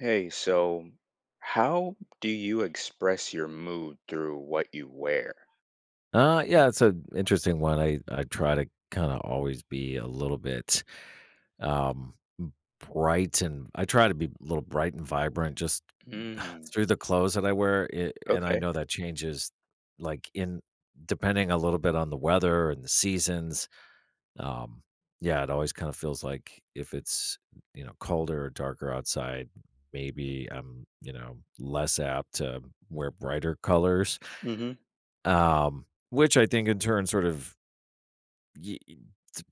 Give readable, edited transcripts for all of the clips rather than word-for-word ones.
Hey, so how do you express your mood through what you wear? Yeah, it's an interesting one. I try to kind of always be a little bit um bright and I try to be a little bright and vibrant just Mm, through the clothes that I wear. And I okay. know that changes like in depending a little bit on the weather and the seasons. Um, yeah, it always kind of feels like if it's, you know, colder or darker outside, maybe I'm, you know, less apt to wear brighter colors. Mm-hmm. Um, which I think in turn sort of Y it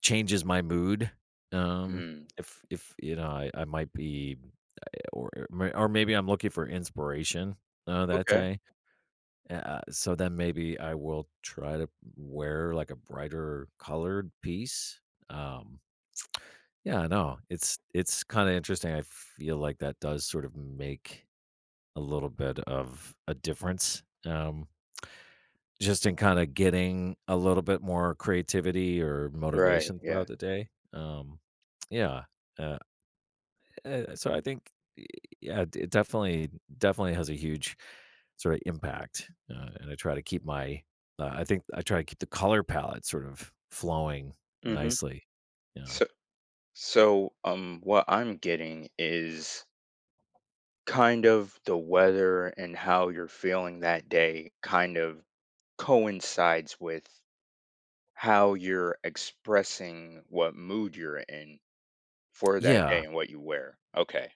changes my mood, um, Mm, if, you know, I might be or maybe I'm looking for inspiration, that okay. day, so then maybe I will try to wear, like, a brighter colored piece, um, yeah, no, it's kinda interesting, I feel like that does sort of make a little bit of a difference, just in kinda getting a little bit more creativity or Right. motivation throughout Yeah. the day, yeah, uh, so I think, y yeah, it definitely has a huge sort of impact, and I try to keep my I think I try to keep the color palette sort of flowing Mm-hmm. nicely, yeah. So, what I'm getting is kind of the weather and how you're feeling that day kind of coincides with how you're expressing what mood you're in for that day Yeah. and what you wear. Okay.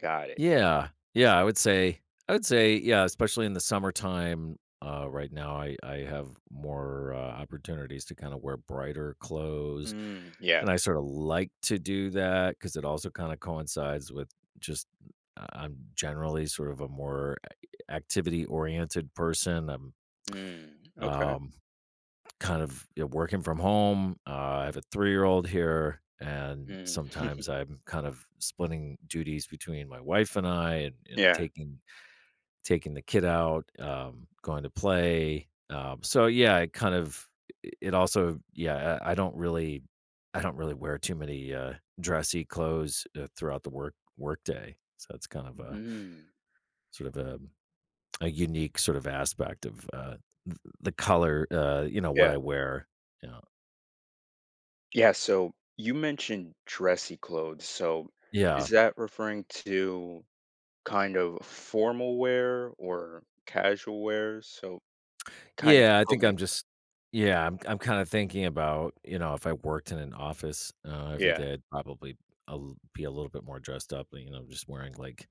Got it. Yeah. Yeah, I would say yeah, especially in the summertime, right now, I have more, opportunities to kinda wear brighter clothes, Mm, yeah. and I sorta like to do that because it also kinda coincides with just I'm generally sort of a more activity-oriented person, I'm, Mm, okay. um, kind of, you know, working from home, I have a three-year-old here, and Mm. sometimes I'm kind of splitting duties between my wife and I and, you know, Yeah. Taking the kid out, going to play. So yeah, it kind of I, don't really wear too many dressy clothes throughout the work day. So it's kind of a Mm. sort of a unique sort of aspect of the color, you know, what I Yeah. wear. Yeah. Yeah. So you mentioned dressy clothes. So Yeah. is that referring to kind of formal wear or casual wear? So kind of Yeah, I help think me. I'm just yeah, I'm kinda thinking about, you know, if I worked in an office, every Yeah. day, I'd probably a l be a little bit more dressed up, you know, just wearing, like,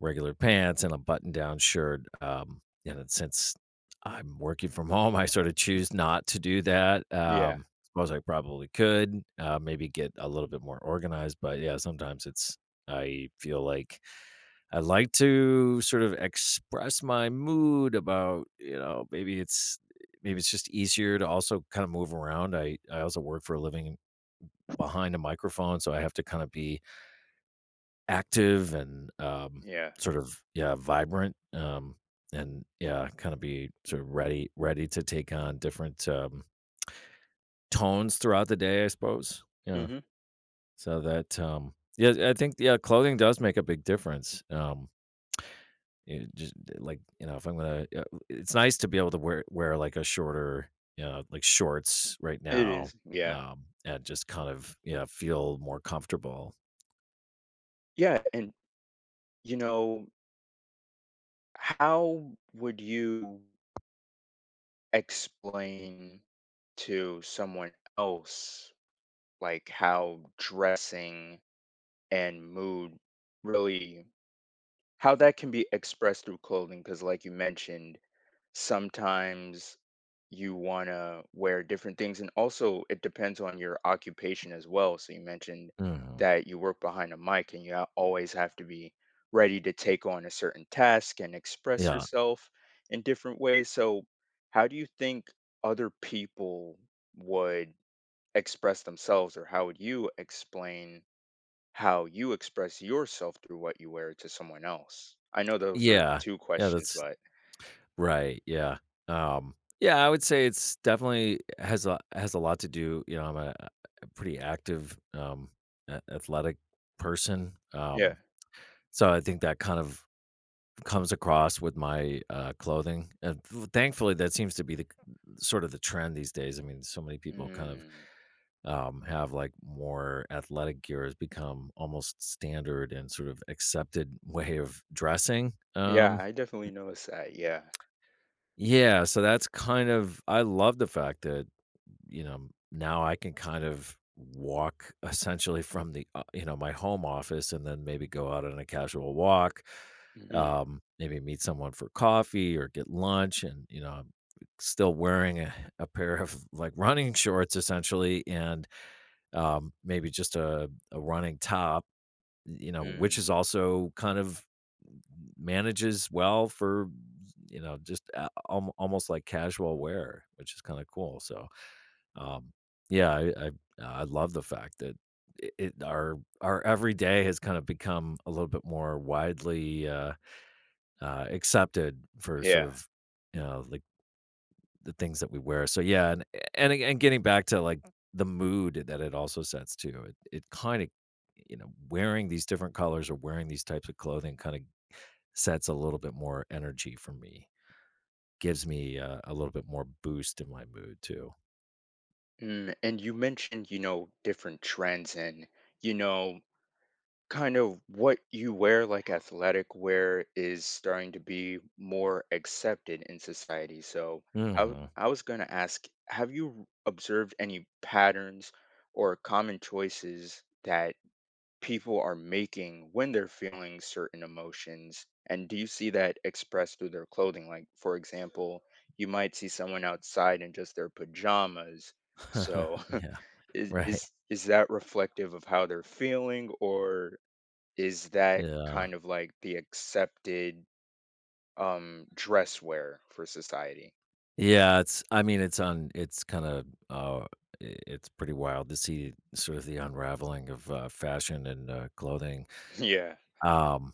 regular pants and a button-down shirt, and then since I'm working from home, I sorta choose not to do that, Yeah. Suppose I probably could, maybe get a little bit more organized, but, yeah, sometimes it's I feel like I like to sort of express my mood about, you know, maybe it's just easier to also kind of move around. I also work for a living behind a microphone, so I have to kind of be active and, Yeah. sort of, yeah, vibrant, and yeah, kind of be sort of ready to take on different, tones throughout the day, I suppose. Yeah. Hmm. So that, yeah, I think, yeah, clothing does make a big difference. It just, like, you know, if I'm gonna, it's nice to be able to wear like a shorter, you know, like shorts right It now, is. Yeah. And just kind of, you know, feel more comfortable. Yeah. And, you know, how would you explain to someone else like how dressing and mood really how that can be expressed through clothing because like you mentioned sometimes you want to wear different things, and also it depends on your occupation as well, so you mentioned Mhm. that you work behind a mic and you always have to be ready to take on a certain task and express Yeah. yourself in different ways. So how do you think other people would express themselves, or how would you explain how you express yourself through what you wear to someone else? I know those are Yeah. 2 Yeah, questions, that's but right, yeah. Yeah, I would say it's definitely has a lot to do, you know, I'm a pretty active, a athletic person, yeah. So I think that kind of comes across with my, clothing, and, th thankfully, that seems to be the sort of the trend these days, I mean, so many people kind of, Mm. Have, like, more athletic gear has become almost standard and sort of accepted way of dressing, Yeah, I definitely noticed that, yeah. yeah, so that's kind of I love the fact that, you know, now I can kind of walk essentially from the, you know, my home office and then maybe go out on a casual walk, Mhm. Maybe meet someone for coffee or get lunch. And, you know, I'm still wearing a, pair of like running shorts essentially and, maybe just a, running top, you know, which is Mm. also kind of manages well for, you know, just, almost like casual wear, which is kind of cool. So, um, yeah, I love the fact that it our everyday has kind of become a little bit more widely, accepted for sort Yeah. of, you know, like, the things that we wear. So, yeah, and and getting back to, like, the mood that it also sets too, it kinda, you know, wearing these different colors or wearing these types of clothing kinda sets a little bit more energy for me, gives me, a little bit more boost in my mood too. Mm, and you mentioned, you know, different trends and, you know, kind of what you wear, like athletic wear is starting to be more accepted in society. So Mhm. I was gonna ask, have you observed any patterns or common choices that people are making when they're feeling certain emotions, and do you see that expressed through their clothing? Like, for example, you might see someone outside in just their pajamas, so Yeah, right. Is that reflective of how they're feeling, or is that Yeah. kind of like the accepted dress wear for society? Yeah, it's I mean, it's on it's kinda, I it's pretty wild to see sort of the unraveling of, fashion and, clothing. Yeah. Um,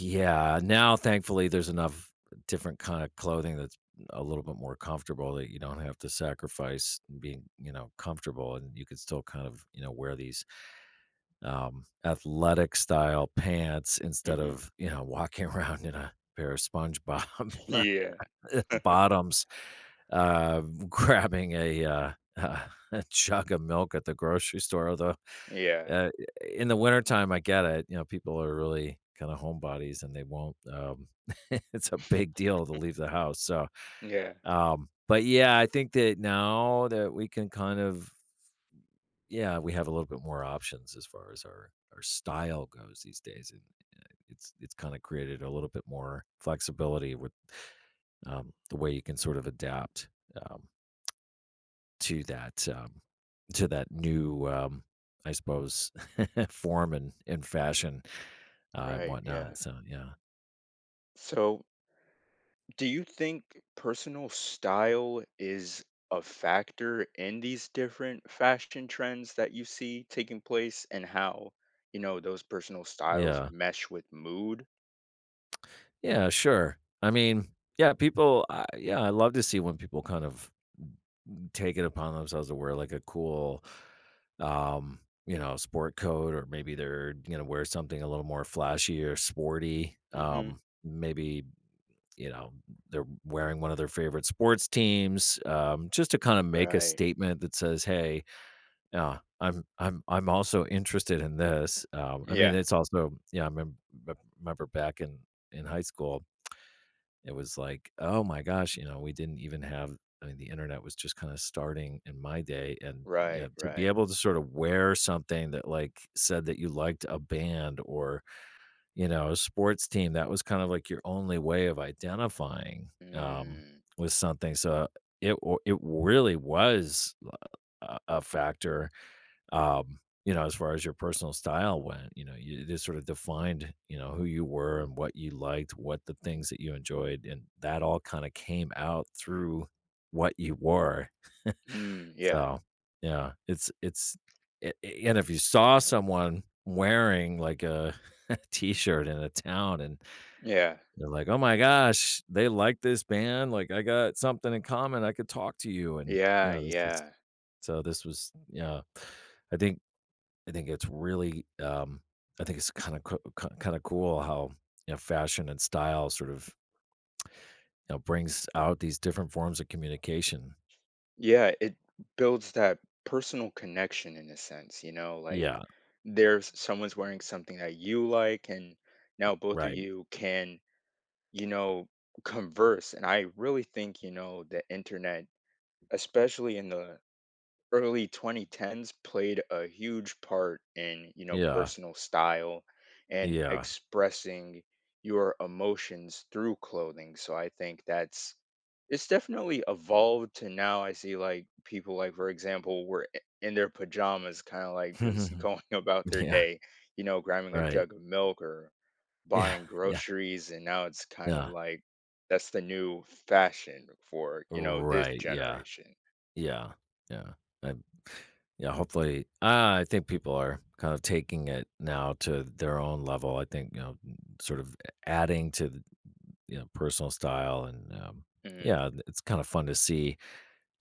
yeah, now, thankfully, there's enough different kinda clothing that's a little bit more comfortable that you don't have to sacrifice being, you know, comfortable, and you can still kind of, you know, wear these, athletic style pants instead Hmm. of, you know, walking around in a pair of SpongeBob Yeah. bottoms. uh, grabbing a, a jug of milk at the grocery store. Although, Yeah. uh, in the wintertime, I get it. You know, people are really kind of homebodies and they won't. It's a big deal to leave the house. So, Yeah. But yeah, I think that now that we can kind of, yeah, we have a little bit more options as far as our style goes these days, and, uh, it's kind of created a little bit more flexibility with, the way you can sort of adapt. Um, to that, um, to that new, I suppose, form and fashion, and Right. Yeah. whatnot, so yeah. So do you think personal style is a factor in these different fashion trends that you see taking place, and how, you know, those personal styles Yeah. mesh with mood? Yeah, sure. I mean, yeah, people I yeah, I love to see when people kind of take it upon themselves to wear, like, a cool, um, you know, sport coat or maybe they're gonna wear something a little more flashy or sporty, Hmm. Maybe, you know, they're wearing one of their favorite sports teams, just to kinda make a Right. statement that says, "Hey, Yeah, I'm also interested in this," I mean, Yeah. it's also yeah, I remem remember back in high school, it was like, "Oh my gosh," you know, we didn't even have, I mean, the internet was just kinda starting in my day, and, yeah, Right. to be Right. able to sort of wear something that, like, said that you liked a band or, you know, a sports team, that was kind of like your only way of identifying, Mm. with something, so, it really was, a factor, um you know, as far as your personal style went, you know, you just sort of defined, you know, who you were and what you liked, what the things that you enjoyed, and that all kind of came out through what you wore, Mm. Yeah. so yeah, it's and if you saw someone wearing like a a t-shirt in a town and Yeah. you're like, oh my gosh, they like this band, like, I got something in common, I could talk to you, and Yeah. yeah, this is, Yeah. so this was, yeah, i think I think it's really, I think it's kind of cool how, you know, fashion and style sort of, you know, brings out these different forms of communication. Yeah. It builds that personal connection in a sense, you know, like Yeah, there's someone's wearing something that you like, and now both of right. you can, you know, converse. And I really think, you know, the internet, especially in the early 2010s, played a huge part in, you know, Yeah, personal style and yeah, expressing your emotions through clothing. So I think that's it's definitely evolved to now. I see like people, like, for example, in their pajamas kind of like just going about their yeah. day, you know, grabbing a Right. jug of milk or Yeah, buying yeah, groceries, and now it's kind of yeah. like that's the new fashion for, you know, this Right. Yeah, generation. yeah, yeah. I, yeah. Hopefully, I think people are kind of taking it now to their own level. I think, you know, sort of adding to, you know, personal style and, Hmm. yeah, it's kind of fun to see,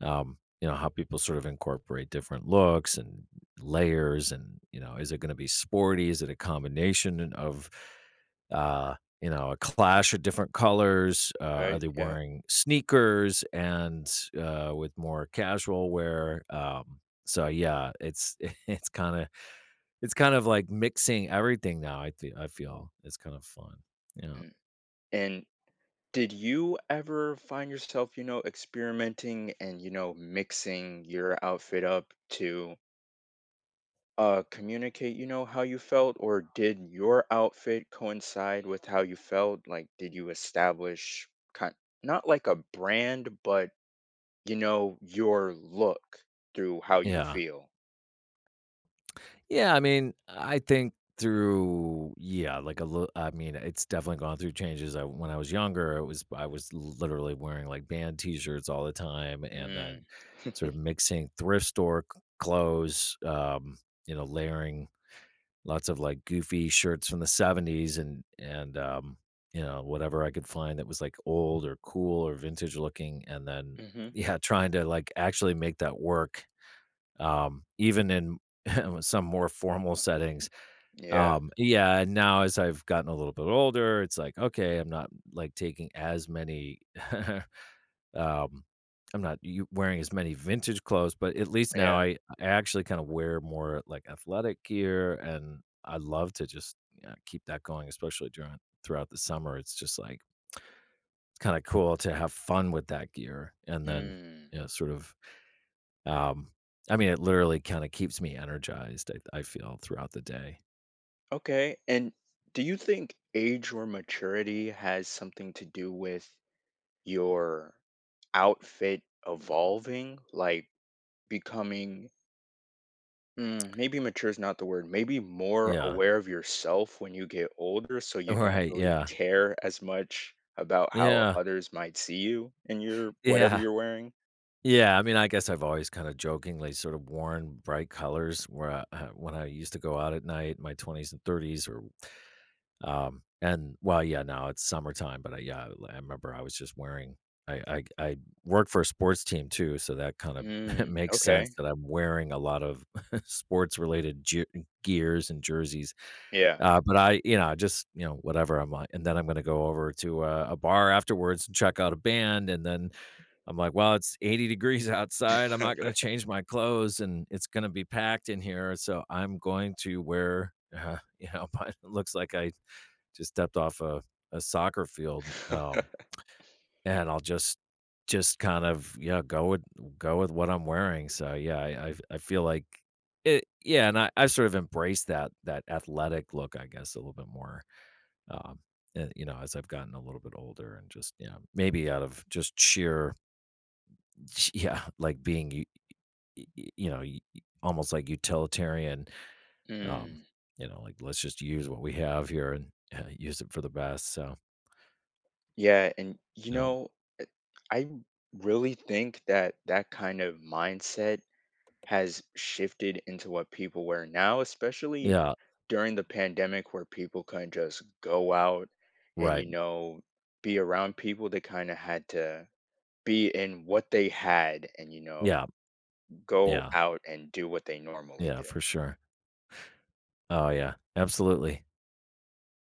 you know, how people sort of incorporate different looks and layers and, you know, is it going to be sporty? Is it a combination of, uh, you know, a clash of different colors? Are Right. they Yeah. wearing sneakers and, with more casual wear? So yeah, it's it's kind of like mixing everything now. I feel it's kind of fun. Yeah, Mm. And did you ever find yourself, you know, experimenting and, you know, mixing your outfit up to communicate, you know, how you felt, or did your outfit coincide with how you felt? Like, did you establish kind, not like a brand, but, you know, your look through how you yeah. feel? Yeah, I mean, I think through, yeah, like a little. I mean, it's definitely gone through changes. When I was younger, it was I was literally wearing like band T-shirts all the time, and then Mm. sort of mixing thrift store clothes. You know, layering lots of like goofy shirts from the '70s and you know, whatever I could find that was like old or cool or vintage looking, and then Hmm. yeah, trying to like actually make that work, even in some more formal settings. Yeah, Yeah, and now as I've gotten a little bit older, it's like, okay, I'm not like taking as many, um, I'm not wearing as many vintage clothes, but at least now yeah. I actually kind of wear more like athletic gear, and I love to just, yeah, keep that going, especially during throughout the summer. It's just like kind of cool to have fun with that gear, and then, Mm. you know, sort of, um, I mean, it literally kinda keeps me energized, I feel, throughout the day. Okay. And do you think age or maturity has something to do with your outfit evolving, like becoming, mm, maybe mature is not the word, maybe more Yeah. aware of yourself when you get older, so you don't Right, really yeah. care as much about how Yeah. others might see you in your whatever Yeah. you're wearing? Yeah, I mean, I guess I've always kinda jokingly sort of worn bright colors where I, when I used to go out at night in my 20s and 30s or, and well, yeah, now it's summertime, but I yeah, I remember I was just wearing I work for a sports team too, so that kind of Mm, makes sense okay. that I'm wearing a lot of sports-related jer gears and jerseys. Yeah. But I, you know, just, you know, whatever, I'm like, and then I'm gonna go over to a bar afterwards and check out a band, and then I'm like, "Well, it's 80 degrees outside, I'm not gonna change my clothes, and it's gonna be packed in here, so I'm going to wear," you know, mine looks like I just stepped off a soccer field, and I'll just yeah, go with what I'm wearing, so, yeah, I feel like it yeah, and I've sort of embraced that athletic look, I guess, a little bit more, um, you know, as I've gotten a little bit older and just, you know, maybe out of just sheer, yeah, like being, you know, almost like utilitarian, um, Mm. you know, like let's just use what we have here and, use it for the best. So, Yeah, and you no, know, uh, I really think that that kind of mindset has shifted into what people wear now, especially yeah, during the pandemic where people couldn't just go out and, you right. know, be around people. They kind of had to be in what they had and, you know, Yeah, go yeah, out and do what they normally yeah, do. for sure. Oh, yeah, absolutely.